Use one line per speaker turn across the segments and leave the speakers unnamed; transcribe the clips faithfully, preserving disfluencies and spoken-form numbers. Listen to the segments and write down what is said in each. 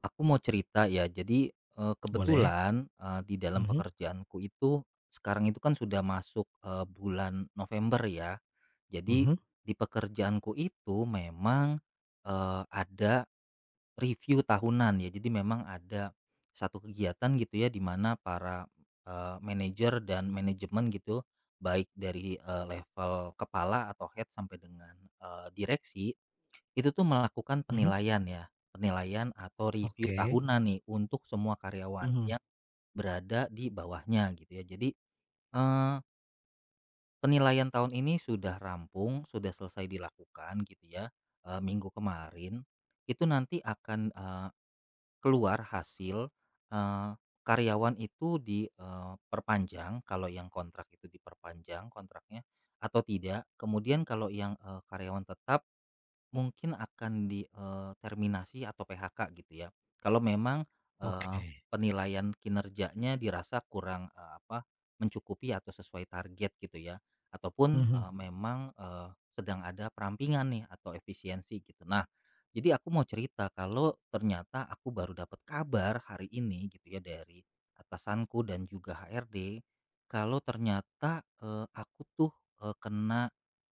Aku mau cerita ya. Jadi, eee,
Boleh.
kebetulan, eee, di dalam
Mhm
pekerjaanku itu sekarang itu kan sudah masuk, eee, bulan November ya. Jadi
mhm
di pekerjaanku itu memang, eee, ada review tahunan ya. Jadi memang ada satu kegiatan gitu ya di mana para, eee, manajer dan manajemen gitu, baik dari, eee, level kepala atau head sampai dengan, eee, direksi itu tuh melakukan
mhm.
penilaian ya, penilaian atau review
Oke.
tahunan nih untuk semua karyawan
Mhm,
yang berada di bawahnya gitu ya. Jadi, eee, penilaian tahun ini sudah rampung, sudah selesai dilakukan gitu ya, eee, minggu kemarin. Itu nanti akan, eee, keluar hasil, eee, karyawan itu diperpanjang kalau yang kontrak itu diperpanjang kontraknya atau tidak. Kemudian kalau yang, eee, karyawan tetap mungkin akan di, eee, terminasi atau P H K gitu ya. Kalau memang, eee,
oke.
penilaian kinerjanya dirasa kurang, eee, apa, mencukupi atau sesuai target gitu ya. Ataupun,
Mhm.
eee, memang, eee, sedang ada perampingan nih atau efisiensi gitu. Nah, jadi aku mau cerita kalau ternyata aku baru dapat kabar hari ini gitu ya dari atasanku dan juga H R D, kalau ternyata, eee, aku tuh, eee, kena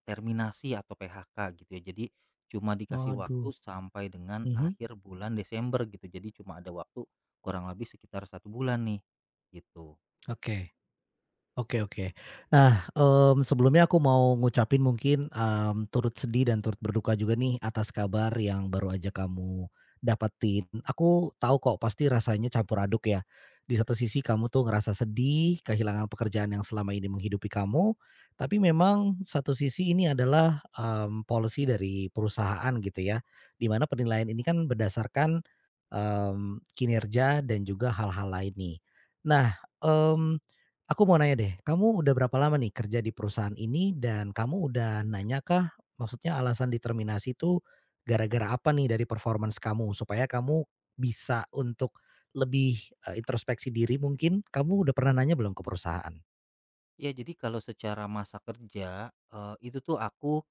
terminasi atau P H K gitu ya. Jadi cuma dikasih
Waduh.
waktu sampai dengan
Mhm,
akhir bulan Desember gitu, jadi cuma ada waktu kurang lebih sekitar satu bulan nih, gitu.
oke. Oke oke. Nah, mmm, sebelumnya aku mau ngucapin mungkin, mmm, turut sedih dan turut berduka juga nih atas kabar yang baru aja kamu dapetin. Aku tahu kok pasti rasanya campur aduk ya. Di satu sisi kamu tuh ngerasa sedih, kehilangan pekerjaan yang selama ini menghidupi kamu, tapi memang satu sisi ini adalah, mmm, policy dari perusahaan gitu ya, dimana penilaian ini kan berdasarkan, mmm, kinerja dan juga hal-hal lain nih. Nah, mmm, aku mau nanya deh, kamu udah berapa lama nih kerja di perusahaan ini dan kamu udah nanya kah? Maksudnya alasan determinasi itu gara-gara apa nih dari performance kamu? Supaya kamu bisa untuk lebih, eee, introspeksi diri mungkin, kamu udah pernah nanya belum ke perusahaan?
Ya jadi kalau secara masa kerja, eee, itu tuh aku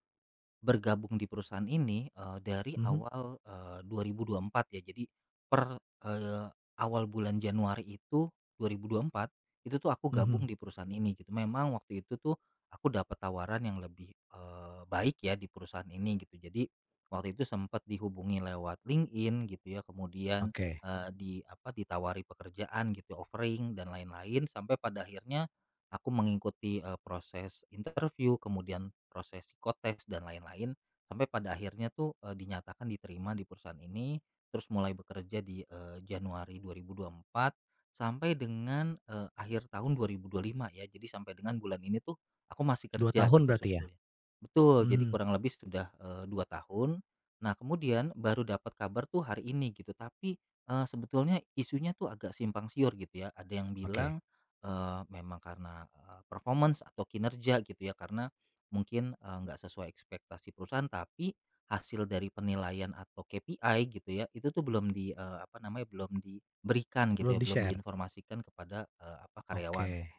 bergabung di perusahaan ini, eee, dari
Mhm
awal, eee, dua ribu dua puluh empat ya. Jadi per, eee, awal bulan Januari itu dua ribu dua puluh empat, itu tuh aku gabung
mhm.
di perusahaan ini gitu. Memang waktu itu tuh aku dapat tawaran yang lebih, eee, baik ya di perusahaan ini gitu. Jadi waktu itu sempat dihubungi lewat LinkedIn gitu ya, kemudian,
Oke.
eee, di apa, ditawari pekerjaan gitu, offering dan lain-lain sampai pada akhirnya aku mengikuti, eee, proses interview, kemudian proses psikotes dan lain-lain, sampai pada akhirnya tuh, eee, dinyatakan diterima di perusahaan ini, terus mulai bekerja di, eee, Januari dua ribu dua puluh empat sampai dengan, eee, akhir tahun dua ribu dua puluh lima ya. Jadi sampai dengan bulan ini tuh aku masih
Dua
kerja
tahun
gitu
berarti ya?
sebetulnya. Betul, jadi
Mhm.
kurang lebih sudah, eee, dua tahun. Nah kemudian baru dapat kabar tuh hari ini gitu, tapi, eee, sebetulnya isunya tuh agak simpang siur gitu ya. Ada yang
Oke.
bilang Eee, memang karena, eee, performance atau kinerja gitu ya, karena mungkin, eee, nggak sesuai ekspektasi perusahaan, tapi hasil dari penilaian atau K P I gitu ya, itu tuh belum di, eee, apa namanya, belum diberikan gitu
Belum
ya, belum
di-share?
diinformasikan kepada, eee, apa, karyawan.
Oke.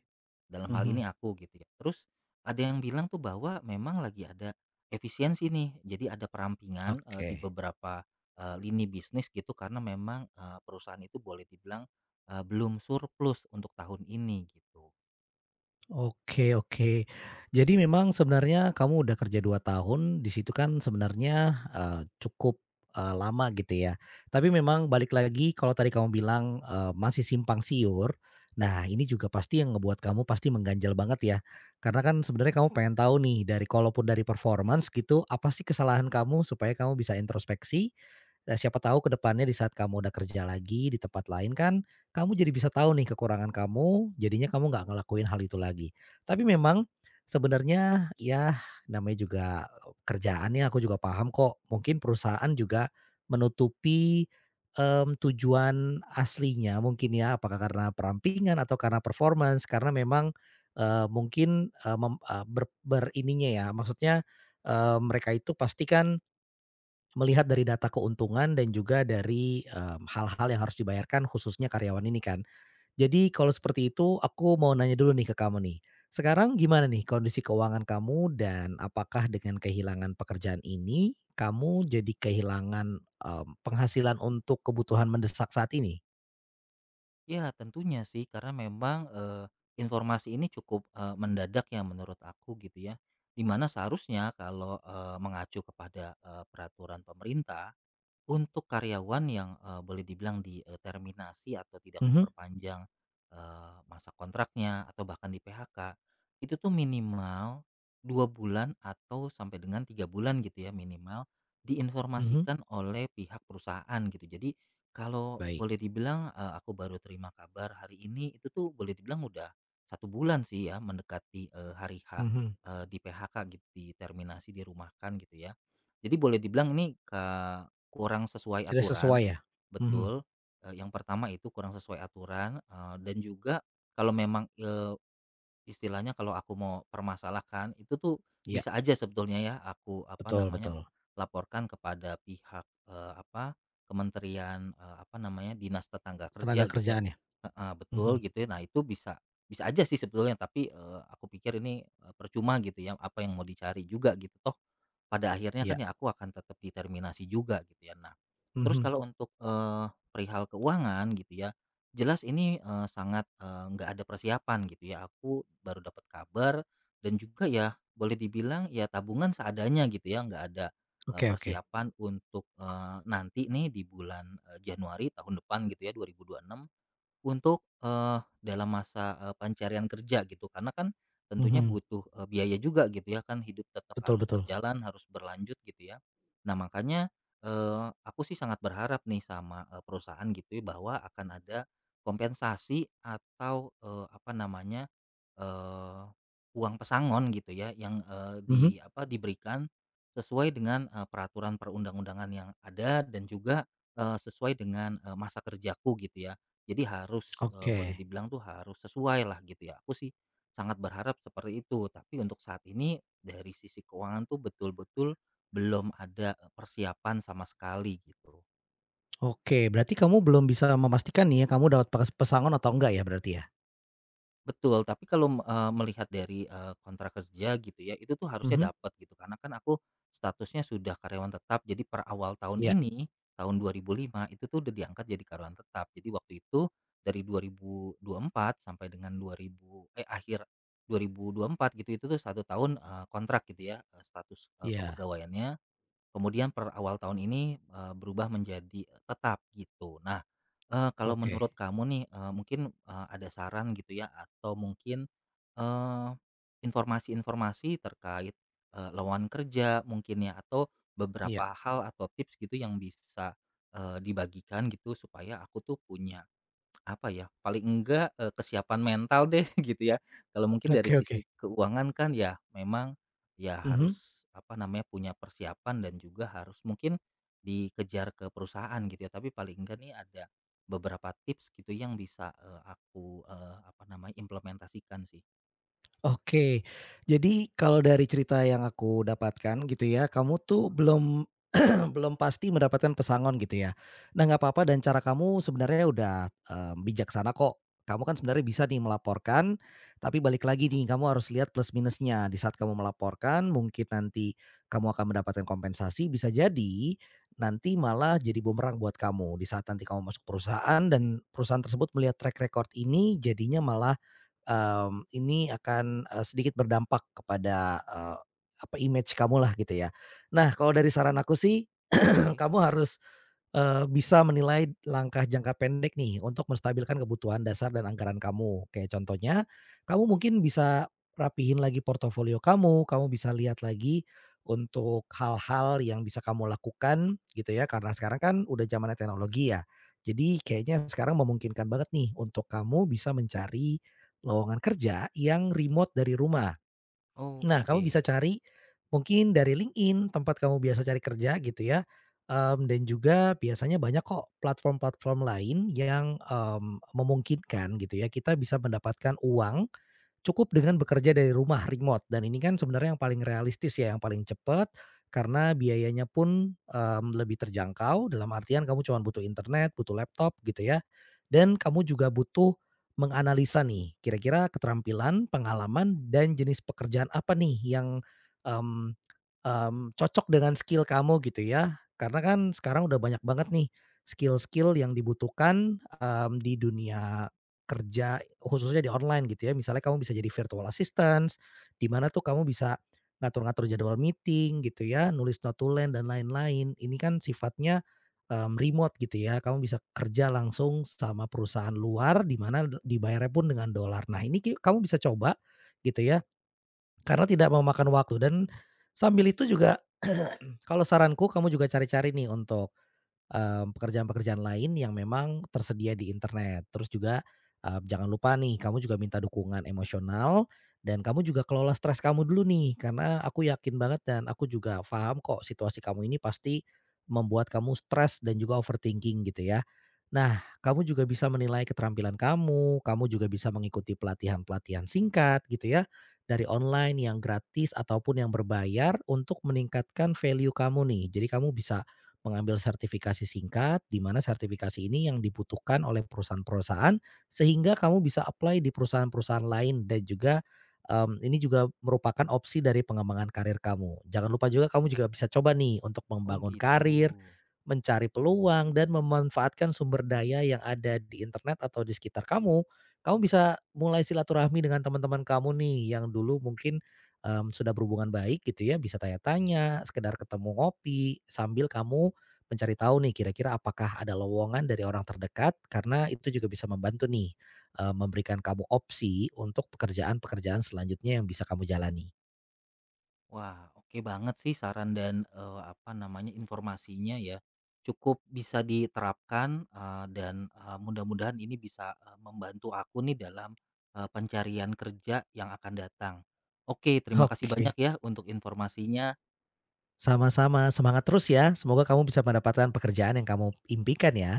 Dalam hal ini
Mhm.
aku gitu ya. Terus ada yang bilang tuh bahwa memang lagi ada efisiensi nih. Jadi ada perampingan eh, di
Oke.
beberapa eh, lini bisnis gitu karena memang eh, perusahaan itu boleh dibilang eh, belum surplus untuk tahun ini gitu.
Oke oke. Jadi memang sebenarnya kamu udah kerja dua tahun, di situ kan sebenarnya, eee, cukup, eee, lama gitu ya. Tapi memang balik lagi kalau tadi kamu bilang, eee, masih simpang siur, nah ini juga pasti yang ngebuat kamu pasti mengganjal banget ya. Karena kan sebenarnya kamu pengen tahu nih dari kalaupun dari performance gitu, apa sih kesalahan kamu supaya kamu bisa introspeksi. Nah, siapa tahu ke depannya di saat kamu udah kerja lagi di tempat lain kan, kamu jadi bisa tahu nih kekurangan kamu, jadinya kamu nggak ngelakuin hal itu lagi. Tapi memang sebenarnya ya namanya juga kerjaan ya, aku juga paham kok. Mungkin perusahaan juga menutupi, mmm, tujuan aslinya mungkin ya, apakah karena perampingan atau karena performance, karena memang, eee, mungkin, eee, mem eee, ber ber ya, maksudnya, eee, mereka itu pasti kan melihat dari data keuntungan dan juga dari, mmm, hal-hal yang harus dibayarkan khususnya karyawan ini kan. Jadi kalau seperti itu aku mau nanya dulu nih ke kamu nih. Sekarang gimana nih kondisi keuangan kamu dan apakah dengan kehilangan pekerjaan ini, kamu jadi kehilangan, mmm, penghasilan untuk kebutuhan mendesak saat ini?
Ya, tentunya sih karena memang eh, informasi ini cukup eh, mendadak ya menurut aku gitu ya. Dimana seharusnya kalau eh, mengacu kepada eh, peraturan pemerintah untuk karyawan yang, eee, boleh dibilang diterminasi atau tidak
Mhm
diperpanjang, eee, masa kontraknya atau bahkan di-P H K, itu tuh minimal dua bulan atau sampai dengan tiga bulan gitu ya minimal,
mhm.
diinformasikan oleh pihak perusahaan gitu. Jadi kalau
Baik.
boleh dibilang, eee, aku baru terima kabar hari ini, itu tuh boleh dibilang udah satu bulan sih ya mendekati, eee, hari H,
Mhm.
eee, di-P H K gitu, diterminasi, dirumahkan gitu ya. Jadi boleh dibilang ini, ka kurang sesuai
Tidak sesuai
aturan,
ya? Mhm.
betul, eee, yang pertama itu kurang sesuai aturan, eee, dan juga kalau memang, istilahnya kalau aku mau permasalahkan, itu tuh
Iya,
bisa aja sebetulnya ya aku, apa
betul
namanya,
betul.
laporkan kepada pihak, eee, apa, kementerian, eee, apa namanya, dinas tenaga
Tenaga
kerja gitu ya.
kerjaan ya?
Heeh, betul
Mhm.
gitu ya. Nah itu bisa bisa aja sih sebetulnya tapi, eee, aku pikir ini, eee, percuma gitu ya, apa yang mau dicari juga gitu, toh pada akhirnya kan
Iya.
ya aku akan tetap di juga gitu ya. Nah, terus
Mhm.
kalau untuk, eee, perihal keuangan gitu ya jelas ini, eee, sangat, eee, nggak ada persiapan gitu ya, aku baru dapat kabar dan juga ya boleh dibilang ya tabungan seadanya gitu ya, nggak ada, eee,
Oke oke.
persiapan untuk, eee, nanti nih di bulan, eee, Januari tahun depan gitu ya dua ribu dua puluh enam untuk, eee, dalam masa, eee, pencarian kerja gitu karena kan tentunya
Mhm.
butuh, eee, biaya juga gitu ya kan hidup tetap
Betul
harus
betul.
berjalan, harus berlanjut gitu ya. Nah makanya, eee, aku sih sangat berharap nih sama, eee, perusahaan gitu ya bahwa akan ada kompensasi atau, eee, apa namanya, eee, uang pesangon gitu ya yang, eee, di
Mhm.
apa, diberikan sesuai dengan, eee, peraturan perundang-undangan yang ada dan juga, eee, sesuai dengan, eee, masa kerjaku gitu ya. Jadi harus, eee,
Oke
boleh dibilang tuh harus sesuai lah gitu ya. Aku sih sangat berharap seperti itu, tapi untuk saat ini dari sisi keuangan tuh betul-betul belum ada, eee, persiapan sama sekali gitu.
oke, berarti kamu belum bisa memastikan nih ya, kamu dapat pes pesangon atau enggak ya berarti ya?
Betul, tapi kalau, eee, melihat dari, eee, kontrak kerja gitu ya, itu tuh
Mhm,
harusnya dapat gitu, karena kan aku statusnya sudah karyawan tetap, jadi per awal tahun
iya
ini, tahun dua ribu lima itu tuh udah diangkat jadi karyawan tetap. Jadi waktu itu dari dua ribu dua puluh empat sampai dengan dua ribu eh, akhir dua ribu dua puluh empat gitu, itu tuh satu tahun, eee, kontrak gitu ya, eee, status, eee,
iya,
kepegawaiannya. Kemudian per awal tahun ini, eee, berubah menjadi eh, tetap gitu. Nah, eee, kalau
oke,
menurut kamu nih, eee, mungkin, eee, ada saran gitu ya atau mungkin, eee, informasi-informasi terkait, eee, lowongan kerja mungkin ya atau
iya,
beberapa hal atau tips gitu yang bisa, eee, dibagikan gitu supaya aku tuh punya apa ya, paling enggak, eee, kesiapan mental deh gitu ya. Kalau mungkin dari
oke oke,
sisi keuangan kan ya memang, ya
mhm,
harus apa namanya, punya persiapan dan juga harus mungkin dikejar ke perusahaan gitu ya. Tapi paling enggak nih ada beberapa tips gitu yang bisa, eee, aku, eee, apa namanya, implementasikan sih.
oke. Jadi kalau dari cerita yang aku dapatkan gitu ya, kamu tuh belum Belum pasti mendapatkan pesangon gitu ya. Nah, nggak apa-apa dan cara kamu sebenarnya udah, eee, bijaksana kok. Kamu kan sebenarnya bisa nih melaporkan, tapi balik lagi nih kamu harus lihat plus minusnya. Di saat kamu melaporkan mungkin nanti kamu akan mendapatkan kompensasi, bisa jadi nanti malah jadi bumerang buat kamu. Di saat nanti kamu masuk perusahaan dan perusahaan tersebut melihat track record ini jadinya malah, mmm, ini akan, eee, sedikit berdampak kepada, eee, apa, image kamu lah gitu ya. Nah, kalau dari saran aku sih
Oke.
kamu harus, eee, bisa menilai langkah jangka pendek nih untuk menstabilkan kebutuhan dasar dan anggaran kamu. Kayak contohnya, kamu mungkin bisa rapihin lagi portofolio kamu, kamu bisa lihat lagi untuk hal-hal yang bisa kamu lakukan gitu ya, karena sekarang kan udah zamannya teknologi ya. Jadi kayaknya sekarang memungkinkan banget nih untuk kamu bisa mencari lowongan kerja yang remote dari rumah.
Oh,
Nah, kamu
oke.
bisa cari mungkin dari LinkedIn, tempat kamu biasa cari kerja gitu ya, mmm, dan juga biasanya banyak kok platform-platform lain yang, mmm, memungkinkan gitu ya, kita bisa mendapatkan uang cukup dengan bekerja dari rumah remote dan ini kan sebenarnya yang paling realistis ya, yang paling cepat karena biayanya pun, mmm, lebih terjangkau dalam artian kamu cuman butuh internet, butuh laptop gitu ya, dan kamu juga butuh menganalisa nih kira-kira keterampilan, pengalaman, dan jenis pekerjaan apa nih yang, mmm mmm, cocok dengan skill kamu gitu ya. Karena kan sekarang udah banyak banget nih skill-skill yang dibutuhkan, mmm, di dunia kerja khususnya di online gitu ya. Misalnya kamu bisa jadi virtual assistant di mana tuh kamu bisa ngatur-ngatur jadwal meeting gitu ya, nulis notulen dan lain-lain. Ini kan sifatnya, mmm, remote gitu ya, kamu bisa kerja langsung sama perusahaan luar di mana d dibayarnya pun dengan dolar. Nah ini ki kamu bisa coba gitu ya, karena tidak memakan waktu dan sambil itu juga kalau saranku kamu juga cari-cari nih untuk Mmm, pekerjaan-pekerjaan lain yang memang tersedia di internet. Terus juga, eee, jangan lupa nih kamu juga minta dukungan emosional dan kamu juga kelola stres kamu dulu nih, karena aku yakin banget dan aku juga paham kok situasi kamu ini pasti membuat kamu stres dan juga overthinking gitu ya. Nah, kamu juga bisa menilai keterampilan kamu, kamu juga bisa mengikuti pelatihan-pelatihan singkat gitu ya, dari online yang gratis ataupun yang berbayar untuk meningkatkan value kamu nih. Jadi kamu bisa mengambil sertifikasi singkat, di mana sertifikasi ini yang dibutuhkan oleh perusahaan-perusahaan sehingga kamu bisa apply di perusahaan-perusahaan lain dan juga, mmm, ini juga merupakan opsi dari pengembangan karir kamu. Jangan lupa juga kamu juga bisa coba nih untuk
Oh
membangun
gitu.
karir, mencari peluang dan memanfaatkan sumber daya yang ada di internet atau di sekitar kamu. Kamu bisa mulai silaturahmi dengan teman-teman kamu nih yang dulu mungkin, mmm, sudah berhubungan baik gitu ya, bisa tanya-tanya, sekedar ketemu ngopi, sambil kamu mencari tahu nih kira-kira apakah ada lowongan dari orang terdekat karena itu juga bisa membantu nih, eee, memberikan kamu opsi untuk pekerjaan-pekerjaan selanjutnya yang bisa kamu jalani.
Wah, oke banget sih saran dan, eee, apa namanya, informasinya ya. Cukup bisa diterapkan, eee, dan, eee, mudah-mudahan ini bisa, eee, membantu aku nih dalam, eee, pencarian kerja yang akan datang. Oke, terima kasih banyak
Oke.
ya untuk informasinya.
Sama-sama, semangat terus ya, semoga kamu bisa mendapatkan pekerjaan yang kamu impikan ya.